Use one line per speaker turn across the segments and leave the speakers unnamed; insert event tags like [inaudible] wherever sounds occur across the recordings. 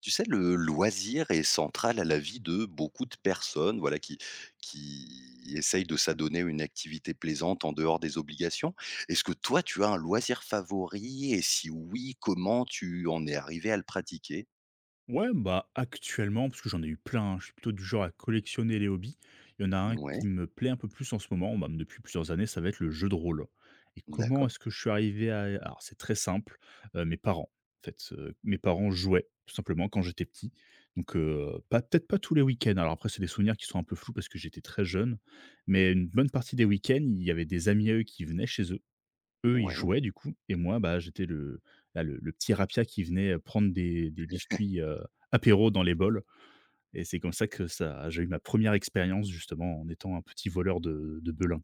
Tu sais, le loisir est central à la vie de beaucoup de personnes, voilà, qui essayent de s'adonner à une activité plaisante en dehors des obligations. Est-ce que toi, tu as un loisir favori? Et si oui, comment tu en es arrivé à le pratiquer?
Ouais, bah, actuellement, parce que j'en ai eu plein, hein, je suis plutôt du genre à collectionner les hobbies. Il y en a un
Ouais,
qui me plaît un peu plus en ce moment, bah, depuis plusieurs années, ça va être le jeu de rôle. Et comment
d'accord,
est-ce que je suis arrivé à... Alors, c'est très simple, mes parents, en fait. Mes parents jouaient, tout simplement, quand j'étais petit. Donc, pas, peut-être pas tous les week-ends. Alors après, c'est des souvenirs qui sont un peu flous parce que j'étais très jeune. Mais une bonne partie des week-ends, il y avait des amis à eux qui venaient chez eux. Eux, ils
ouais.
jouaient du coup et moi, bah, j'étais le là, le petit rapia qui venait, prendre des biscuits, apéro dans les bols, et c'est comme ça que ça j'ai eu ma première expérience, justement, en étant un petit voleur de Belin.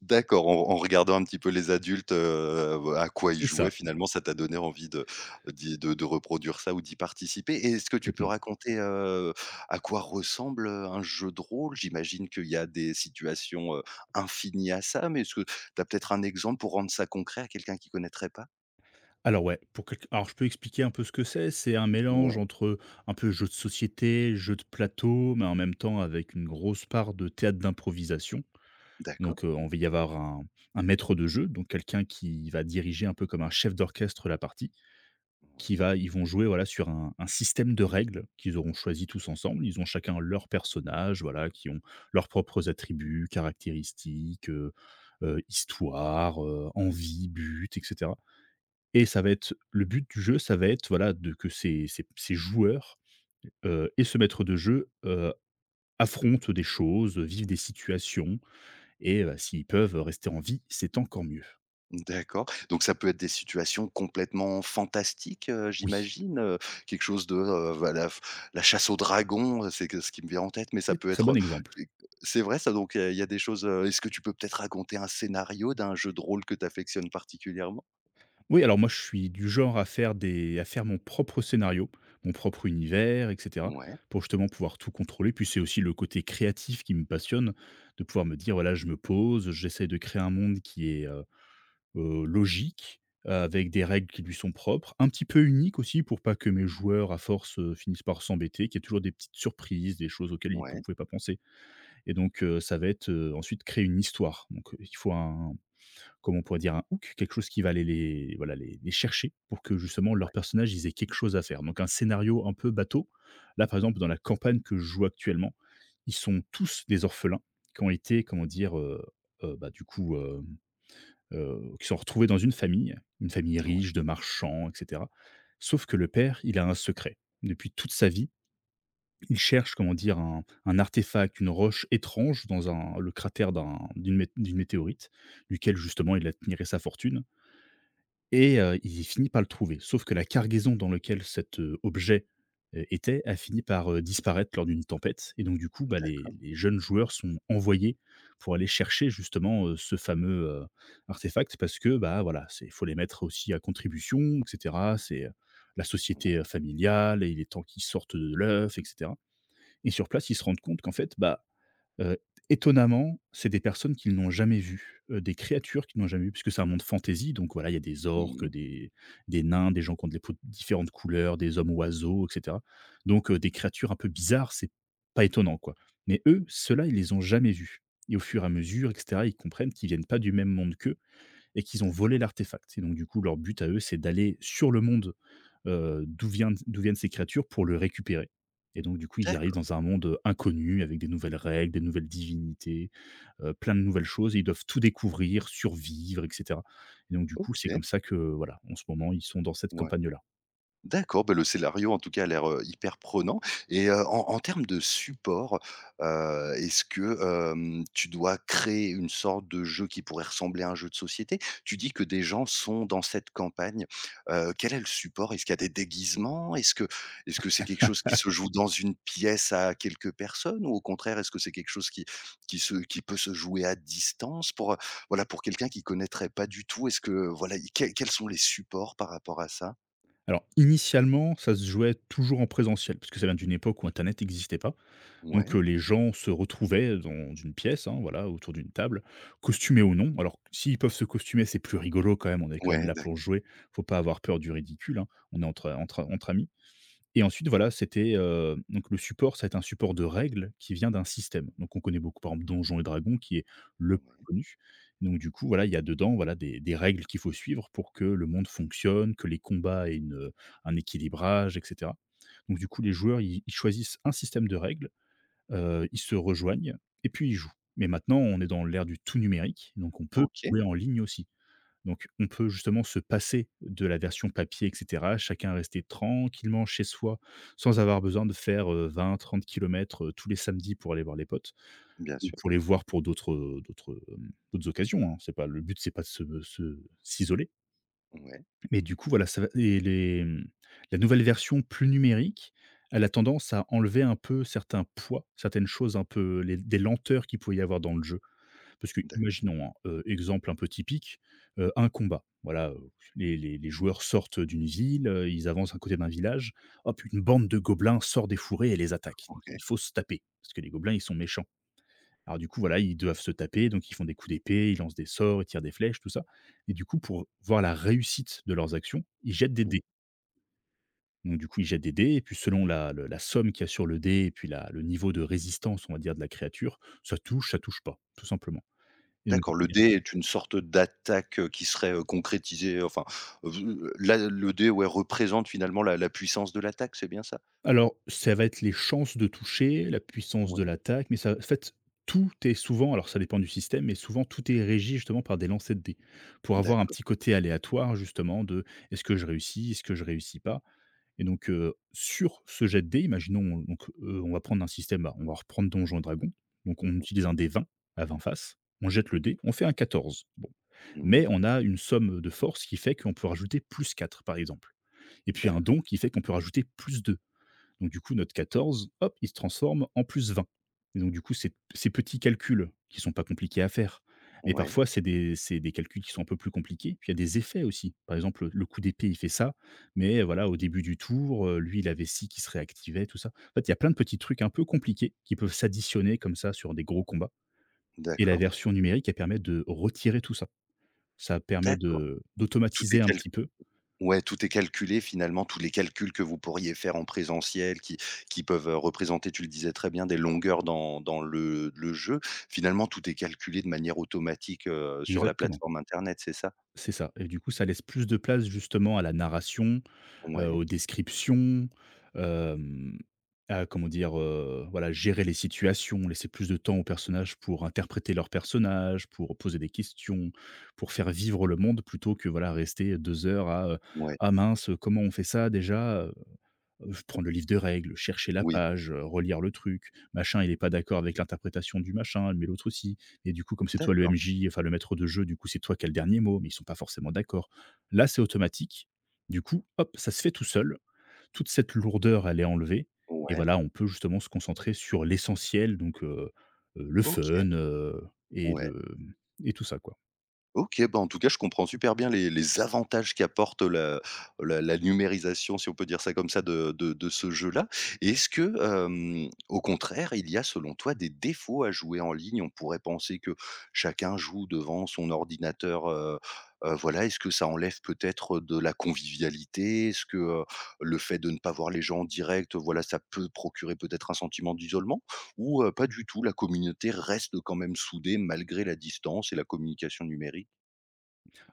D'accord, en regardant un petit peu les adultes, à quoi ils
C'est
jouaient
ça,
finalement, ça t'a donné envie de d'y de reproduire ça ou d'y participer. Et est-ce que tu peux
complètement.
raconter, à quoi ressemble, un jeu de rôle? J'imagine qu'il y a des situations, infinies à ça, mais est-ce que tu as peut-être un exemple pour rendre ça concret à quelqu'un qui connaîtrait pas?
Alors ouais, pour quelqu alors je peux expliquer un peu ce que c'est. C'est un mélange
Ouais,
entre un peu jeu de société, jeu de plateau, mais en même temps avec une grosse part de théâtre d'improvisation.
d'accord.
Donc, on va y avoir un maître de jeu, donc quelqu'un qui va diriger un peu comme un chef d'orchestre la partie. Qui
Ouais.
va Ils vont jouer, voilà, sur un système de règles qu'ils auront choisi tous ensemble. Ils ont chacun leur personnage, voilà, qui ont leurs propres attributs, caractéristiques, histoire, envie, but, et cetera, et ça va être le but du jeu, ça va être, voilà, de que ces joueurs, et ce maître de jeu, affrontent des choses, vivent des situations, et s'ils peuvent rester en vie, c'est encore mieux.
D'accord. Donc ça peut être des situations complètement fantastiques,
Oui,
j'imagine, quelque chose de, bah, la chasse au dragon, c'est que ce qui me vient en tête, mais ça peut
très bon
être,
exemple.
heu, c'est vrai ça? Donc, il y a des choses, est-ce que tu peux peut-être raconter un scénario d'un jeu de rôle que tu affectionnes particulièrement?
Oui, alors moi, je suis du genre à faire des à faire mon propre scénario, mon propre univers, et cetera,
Ouais,
pour justement pouvoir tout contrôler. Puis c'est aussi le côté créatif qui me passionne, de pouvoir me dire: «Voilà, je me pose, j'essaie de créer un monde qui est, logique, avec des règles qui lui sont propres, un petit peu unique aussi pour pas que mes joueurs, à force, finissent par s'embêter, qu'il y ait toujours des petites surprises, des choses auxquelles ils ne
ouais,
pouvaient pas penser.» Et donc ça va être, ensuite, créer une histoire. Donc, il faut un comme on pourrait dire? Un hook, quelque chose qui va aller les voilà, les chercher, pour que justement
ouais,
leurs personnages, ils aient quelque chose à faire. Donc un scénario un peu bateau. Là, par exemple, dans la campagne que je joue actuellement, ils sont tous des orphelins qui ont été, comment dire? Bah, du coup, qui sont retrouvés dans une famille
ouais,
riche de marchands, et cetera. Sauf que le père, il a un secret. Depuis toute sa vie, il cherche, comment dire? Un artefact, une roche étrange dans un le cratère d'une météorite, duquel justement il admirait sa fortune, et il finit par le trouver. Sauf que la cargaison dans lequel cet, objet, était, a fini par, disparaître lors d'une tempête, et donc du coup, bah, les
d'accord,
les jeunes joueurs sont envoyés pour aller chercher, justement, ce fameux, artefact, parce que, bah, voilà, il faut les mettre aussi à contribution, et cetera. C'est, la société,
ouais.
familiale, et il est temps qu'ils sortent de l'œuf, et cetera. Et sur place, ils se rendent compte qu'en fait, bah, Heu, étonnamment, c'est des personnes qu'ils n'ont jamais vues, des créatures qu'ils n'ont jamais vues, puisque c'est un monde fantasy, donc voilà, il y a des
Mmh
orques,
mh.
des nains, des gens qui ont des peaux de différentes couleurs, des hommes oiseaux, et cetera. Donc des créatures un peu bizarres, c'est pas étonnant, quoi. Mais eux, ceux-là, ils les ont jamais vus, et au fur et à mesure, et cetera, ils comprennent qu'ils viennent pas du même monde qu'eux, et qu'ils ont volé l'artefact, et donc du coup, leur but à eux, c'est d'aller sur le monde d'où viennent ces créatures pour le récupérer. Et donc du coup, ils arrivent
D'accord.
dans un monde inconnu, avec des nouvelles règles, des nouvelles divinités, plein de nouvelles choses, et ils doivent tout découvrir, survivre, et cetera. Et donc du coup, c'est
OK,
comme ça que, voilà, en ce moment, ils sont dans cette
ouais.
campagne-là.
D'accord, bah, le scénario en tout cas a l'air, hyper prenant. Et en termes de support, est-ce que, tu dois créer une sorte de jeu qui pourrait ressembler à un jeu de société? Tu dis que des gens sont dans cette campagne, quel est le support? Est-ce qu'il y a des déguisements? Est-ce que c'est quelque chose qui se joue dans une pièce à quelques personnes? Ou au contraire, est-ce que c'est quelque chose qui peut se jouer à distance? Pour, voilà, pour quelqu'un qui connaîtrait pas du tout, est-ce que voilà, i quels quels sont les supports par rapport à ça?
Alors initialement, ça se jouait toujours en présentiel, parce que ça vient d'une époque où internet n'existait pas.
Ouais.
Donc, les gens se retrouvaient dans une pièce, hein, voilà, autour d'une table, costumés ou non. Alors, s'ils peuvent se costumer, c'est plus rigolo quand même, on est quand même
Ouais,
là
d'accord.
pour jouer, faut pas avoir peur du ridicule, hein, on est entre amis. Et ensuite, voilà, c'était, donc le support, ça va être un support de règles qui vient d'un système. Donc on connaît beaucoup, par exemple, Donjons& et Dragons, qui est le plus
Ouais,
connu. Donc du coup, voilà, il y a dedans, voilà, des règles qu'il faut suivre pour que le monde fonctionne, que les combats aient un équilibrage, et cetera. Donc du coup, les joueurs, ils choisissent un système de règles. Ils se rejoignent, et puis ils jouent. Mais maintenant, on est dans l'ère du tout numérique, donc on peut
OK,
jouer en ligne aussi. Donc on peut justement se passer de la version papier, et cetera, chacun rester tranquillement chez soi, sans avoir besoin de faire, 20-30 kilomètres tous les samedis pour aller voir les potes,
bien
ou
sûr.
pour les voir pour d'autres, d'autres occasions, hein. C'est pas le but, c'est pas de se se s'isoler.
Ouais,
Mais du coup, voilà, ça va. La nouvelle version, plus numérique, elle a tendance à enlever un peu certains poids, certaines choses, un peu les des lenteurs qu'il pouvait y avoir dans le jeu. Parce que
d'accord,
imaginons, hein, exemple un peu typique, un combat. Voilà, les joueurs sortent d'une ville, ils avancent à côté d'un village. Hop, une bande de gobelins sort des fourrés et les attaque. Donc
OK.
il faut se taper, parce que les gobelins, ils sont méchants. Alors du coup, voilà, ils doivent se taper, donc ils font des coups d'épée, ils lancent des sorts, ils tirent des flèches, tout ça. Et du coup, pour voir la réussite de leurs actions, ils jettent des
Mmh.
dés. Donc du coup, ils jettent des dés, et puis selon la somme qu'il y a sur le dé, et puis le niveau de résistance, on va dire, de la créature, ça touche pas, tout simplement. Et donc, du
D'accord,
coup,
le dé est une sorte d'attaque, qui serait, concrétisée, enfin, là, le dé, ouais, représente finalement la puissance de l'attaque, c'est bien ça?
alors, ça va être les chances de toucher, la puissance
Ouais,
de l'attaque, mais ça, en fait, tout est souvent, alors ça dépend du système, mais souvent tout est régi, justement, par des lancers de dés, pour avoir un
d'accord.
petit côté aléatoire, justement, de: est-ce que je réussis, est-ce que je réussis pas. Et donc, sur ce jet de dés, imaginons donc, on va prendre un système, bah, on va reprendre Donjons& et Dragons. Donc on
Ouais,
utilise un dé 20, à 20 faces, on jette le dé, on fait un 14. Bon,
mmh mh.
mais on a une somme de force qui fait qu'on peut rajouter +4, par exemple, et puis un
D'accord.
don qui fait qu'on peut rajouter +2. Donc du coup, notre 14, hop, il se transforme en plus 20. Et donc du coup, ces petits calculs qui sont pas compliqués à faire, mais
Ouais,
parfois c'est des calculs qui sont un peu plus compliqués. Puis il y a des effets aussi. Par exemple, le coup d'épée, il fait ça, mais voilà, au début du tour, lui, il avait 6 qui se réactivait, tout ça. En fait, il y a plein de petits trucs un peu compliqués qui peuvent s'additionner comme ça sur des gros combats. Et la
d'accord,
version numérique, elle permet de retirer tout ça. Ça permet
d'accord.
de
Tout est
d'automatiser un
cal
petit peu.
Ouais, tout est calculé finalement, tous les calculs que vous pourriez faire en présentiel qui peuvent, représenter, tu le disais très bien, des longueurs dans le jeu. Finalement, tout est calculé de manière automatique, sur la
Exactement,
plateforme internet, c'est ça?
c'est ça, et du coup, ça laisse plus de place, justement, à la narration,
Ouais,
aux descriptions, hem, à, comment dire? Voilà, gérer les situations, laisser plus de temps aux personnages pour interpréter leurs personnages, pour poser des questions, pour faire vivre le monde, plutôt que, voilà, rester 2 heures à,
ouais,
«Ah mince, comment on fait ça déjà?» Prendre le livre de règles, chercher la
oui,
page, relire le truc. Machin, il est pas d'accord avec l'interprétation du machin, mais l'autre aussi. Et du coup, comme c'est toi le
d'accord,
MJ, enfin le maître de jeu, du coup, c'est toi qui as le dernier mot, mais ils sont pas forcément d'accord. Là, c'est automatique. Du coup, hop, ça se fait tout seul. Toute cette lourdeur, elle est enlevée et
ouais,
voilà, on peut justement se concentrer sur l'essentiel, donc le
OK,
fun, et
ouais.
le et tout ça, quoi.
OK, bah, en tout cas, je comprends super bien les avantages qu'apporte la numérisation, si on peut dire ça comme ça, de ce jeu-là. Et est-ce que, au contraire, il y a, selon toi, des défauts à jouer en ligne? On pourrait penser que chacun joue devant son ordinateur, voilà. Est-ce que ça enlève peut-être de la convivialité? Est-ce que, le fait de ne pas voir les gens en direct, voilà, ça peut procurer peut-être un sentiment d'isolement? Ou, pas du tout, la communauté reste quand même soudée malgré la distance et la communication numérique?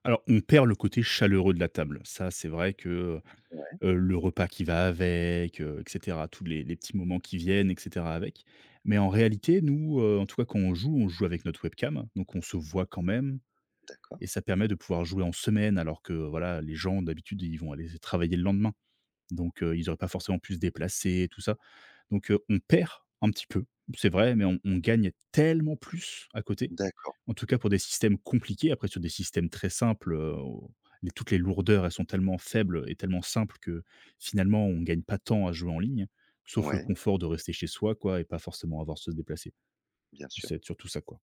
Alors, on perd le côté chaleureux de la table. Ça, c'est vrai que,
Ouais,
le repas qui va avec, et cetera, tous les petits moments qui viennent, et cetera, avec. Mais en réalité, nous, en tout cas quand on joue avec notre webcam, donc on se voit quand même
d'accord,
et ça permet de pouvoir jouer en semaine alors que, voilà, les gens d'habitude, ils vont aller travailler le lendemain. Donc ils n'auraient pas forcément pu se déplacer tout ça. Donc on perd un petit peu, c'est vrai, mais on gagne tellement plus à côté
d'accord.
en tout cas, pour des systèmes compliqués, après sur des systèmes très simples, on les toutes les lourdeurs, elles sont tellement faibles et tellement simples que finalement, on gagne pas tant à jouer en ligne, sauf le
Ouais,
confort de rester chez soi quoi et pas forcément avoir à se déplacer.
bien sûr.
C'est surtout ça quoi.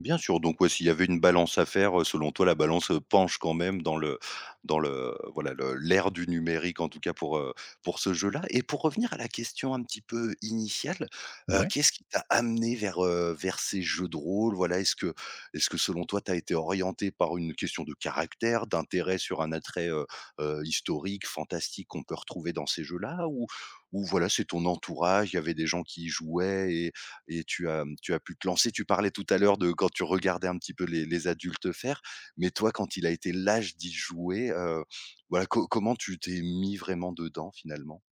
Bien sûr, donc ouais, s'il y avait une balance à faire, selon toi, la balance, penche quand même dans le dans le l'ère du numérique, en tout cas pour ce jeu-là. Et pour revenir à la question un petit peu initiale,
Ouais.
qu'est-ce qui t'a amené vers, vers ces jeux de rôle? Voilà, est-ce que selon toi, t'as été orienté par une question de caractère, d'intérêt sur un attrait, historique, fantastique qu'on peut retrouver dans ces jeux-là? Ou voilà, c'est ton entourage, il y avait des gens qui y jouaient et tu as pu te lancer. Tu parlais tout à l'heure de quand tu regardais un petit peu les adultes faire, mais toi, quand il a été l'âge d'y jouer, voilà, co comment tu t'es mis vraiment dedans finalement?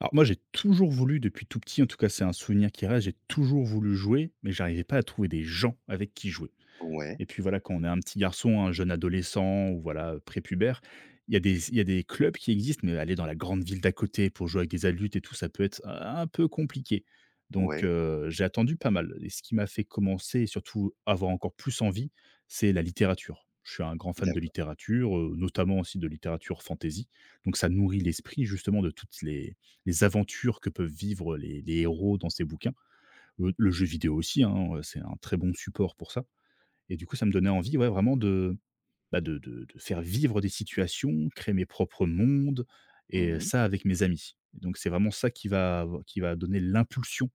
Alors moi, j'ai toujours voulu depuis tout petit, en tout cas, c'est un souvenir qui reste, j'ai toujours voulu jouer, mais j'arrivais pas à trouver des gens avec qui jouer.
Ouais,
Et puis voilà, quand on est un petit garçon, un jeune adolescent ou voilà, prépubère, il y a des clubs qui existent, mais aller dans la grande ville d'à côté pour jouer avec des adultes et tout, ça peut être un peu compliqué. Donc
ouais,
j'ai attendu pas mal et ce qui m'a fait commencer et surtout avoir encore plus envie, c'est la littérature. Je suis un grand fan de
d'accord.
littérature, notamment aussi de littérature fantasy. Donc ça nourrit l'esprit justement de toutes les aventures que peuvent vivre les héros dans ces bouquins. Le jeu vidéo aussi, hein, c'est un très bon support pour ça. Et du coup, ça me donnait envie, ouais, vraiment de, bah, de faire vivre des situations, créer mes propres mondes et
Mmh.
ça avec mes amis. Donc c'est vraiment ça qui va donner l'impulsion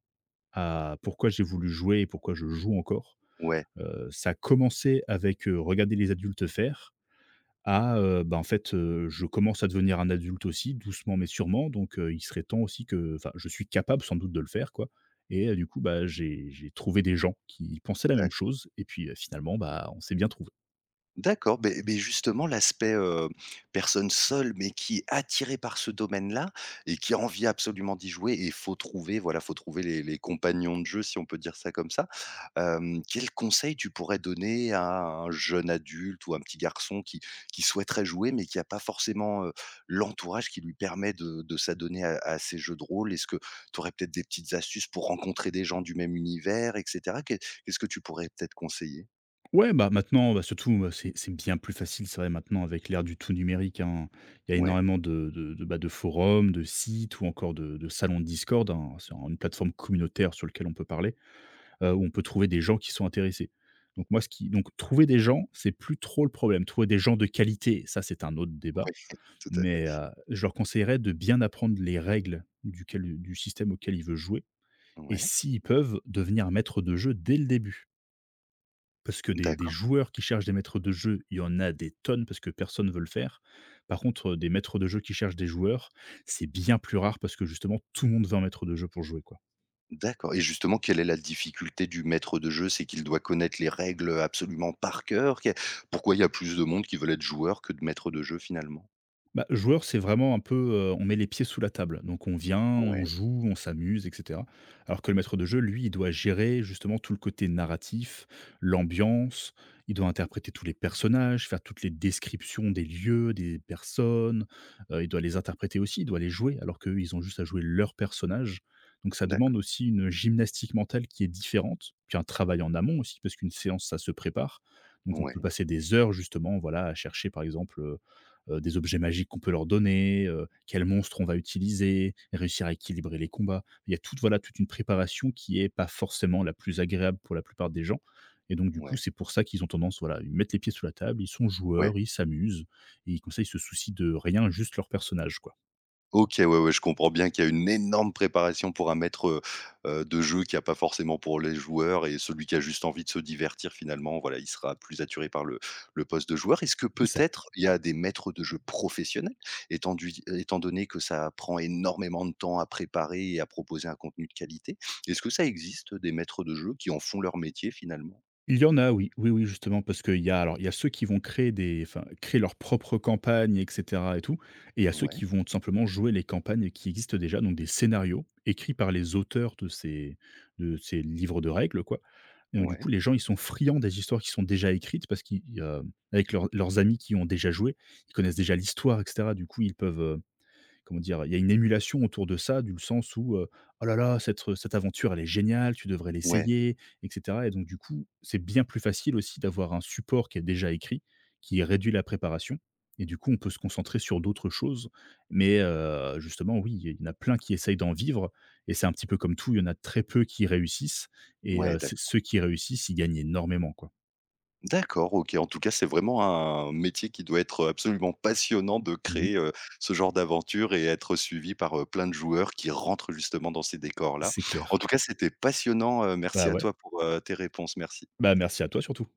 à pourquoi j'ai voulu jouer et pourquoi je joue encore.
Ouais,
Ça a commencé avec, regarder les adultes faire à, bah, en fait, je commence à devenir un adulte aussi, doucement mais sûrement, donc il serait temps aussi que enfin, je suis capable sans doute de le faire, quoi et du coup, bah, j'ai trouvé des gens qui pensaient la même
d'accord.
chose et puis, finalement, bah, on s'est bien trouvé.
D'accord, mais beh, justement l'aspect, personne seule, mais qui est attirée par ce domaine-là et qui a envie absolument d'y jouer, et faut trouver, voilà, faut trouver les compagnons de jeu, si on peut dire ça comme ça. Quels conseils tu pourrais donner à un jeune adulte ou un petit garçon qui souhaiterait jouer, mais qui n'a pas forcément, l'entourage qui lui permet de s'adonner à ces jeux de rôle? Est-ce que tu aurais peut-être des petites astuces pour rencontrer des gens du même univers et cetera? Qu'est-ce que tu pourrais peut-être conseiller?
Ouais, bah, maintenant, bah, surtout, c'est bien plus facile, c'est vrai maintenant avec l'ère du tout numérique, hein. Il y a
Ouais,
énormément de forums, de sites ou encore de salons de Discord, hein. C'est une plateforme communautaire sur lequel on peut parler, où on peut trouver des gens qui sont intéressés. Donc moi ce qui donc trouver des gens, c'est plus trop le problème. Trouver des gens de qualité, ça c'est un autre débat,
ouais, [laughs] tout à.
mais je leur conseillerais de bien apprendre les règles duquel du système auquel ils veulent jouer et
Ouais,
s'ils peuvent, devenir maître de jeu dès le début. Parce que des
d'accord,
joueurs qui cherchent des maîtres de jeu, il y en a des tonnes parce que personne veut le faire. Par contre, des maîtres de jeu qui cherchent des joueurs, c'est bien plus rare parce que justement tout le monde veut un maître de jeu pour jouer, quoi.
d'accord. Et justement, quelle est la difficulté du maître de jeu? C'est qu'il doit connaître les règles, absolument par cœur? Qu'est Pourquoi il y a plus de monde qui veulent être joueur que de maître de jeu finalement?
Bah, joueur, c'est vraiment un peu, on met les pieds sous la table. Donc on vient, on
Ouais,
joue, on s'amuse et cetera. Alors que le maître de jeu, lui, il doit gérer justement tout le côté narratif, l'ambiance, il doit interpréter tous les personnages, faire toutes les descriptions des lieux, des personnes, il doit les interpréter aussi, il doit les jouer alors qu'eux, ils ont juste à jouer leur personnage. Donc ça
d'accord.
demande aussi une gymnastique mentale qui est différente, puis un travail en amont aussi parce qu'une séance, ça se prépare. Donc on peut
Ouais,
passer des heures justement, voilà, à chercher par exemple, des objets magiques qu'on peut leur donner, quel monstre on va utiliser, réussir à équilibrer les combats. Il y a toute, voilà, toute une préparation qui est pas forcément la plus agréable pour la plupart des gens. Et donc, du coup,
ouais,
c'est pour ça qu'ils ont tendance, voilà, ils mettent les pieds sous la table, ils sont
ouais.
joueurs, ils s'amusent, et comme ça, ils se soucient de rien, juste leur personnage, quoi.
OK, ouais, ouais, je comprends bien qu'il y a une énorme préparation pour un maître, de jeu qui a pas forcément pour les joueurs, et celui qui a juste envie de se divertir finalement, voilà, il sera plus attiré par le poste de joueur. Est-ce que
C'est ça.
peut-être il y a des maîtres de jeu professionnels, étant donné que ça prend énormément de temps à préparer et à proposer un contenu de qualité? Est-ce que ça existe des maîtres de jeu qui en font leur métier finalement?
Il y en a oui, oui, oui, justement parce qu'il y a alors il y a ceux qui vont créer des enfin créer leur propre campagne et cetera et tout et il y a ceux
Ouais,
qui vont tout simplement jouer les campagnes qui existent déjà, donc des scénarios écrits par les auteurs de ces livres de règles quoi. Et donc du coup,
ouais,
les gens, ils sont friands des histoires qui sont déjà écrites parce qu'ils, avec leurs amis qui ont déjà joué, ils connaissent déjà l'histoire et cetera. Du coup, ils peuvent, Comment dire? Il y a une émulation autour de ça, du sens où, «Oh là là, cette cette aventure, elle est géniale, tu devrais
ouais,
l'essayer» et cetera et donc du coup, c'est bien plus facile aussi d'avoir un support qui est déjà écrit, qui réduit la préparation et du coup, on peut se concentrer sur d'autres choses. Mais justement, oui, il y en a plein qui essayent d'en vivre et c'est un petit peu comme tout, il y en a très peu qui réussissent et
ouais,
ceux qui réussissent, ils gagnent énormément, quoi.
d'accord, OK. En tout cas, c'est vraiment un métier qui doit être absolument passionnant, de
Oui,
créer, ce genre d'aventure et être suivi par, plein de joueurs qui rentrent justement dans ces décors-là.
c'est
En
clair.
tout cas, c'était passionnant, merci
Bah,
à
ouais.
toi pour, tes réponses, merci.
Bah, merci à toi surtout.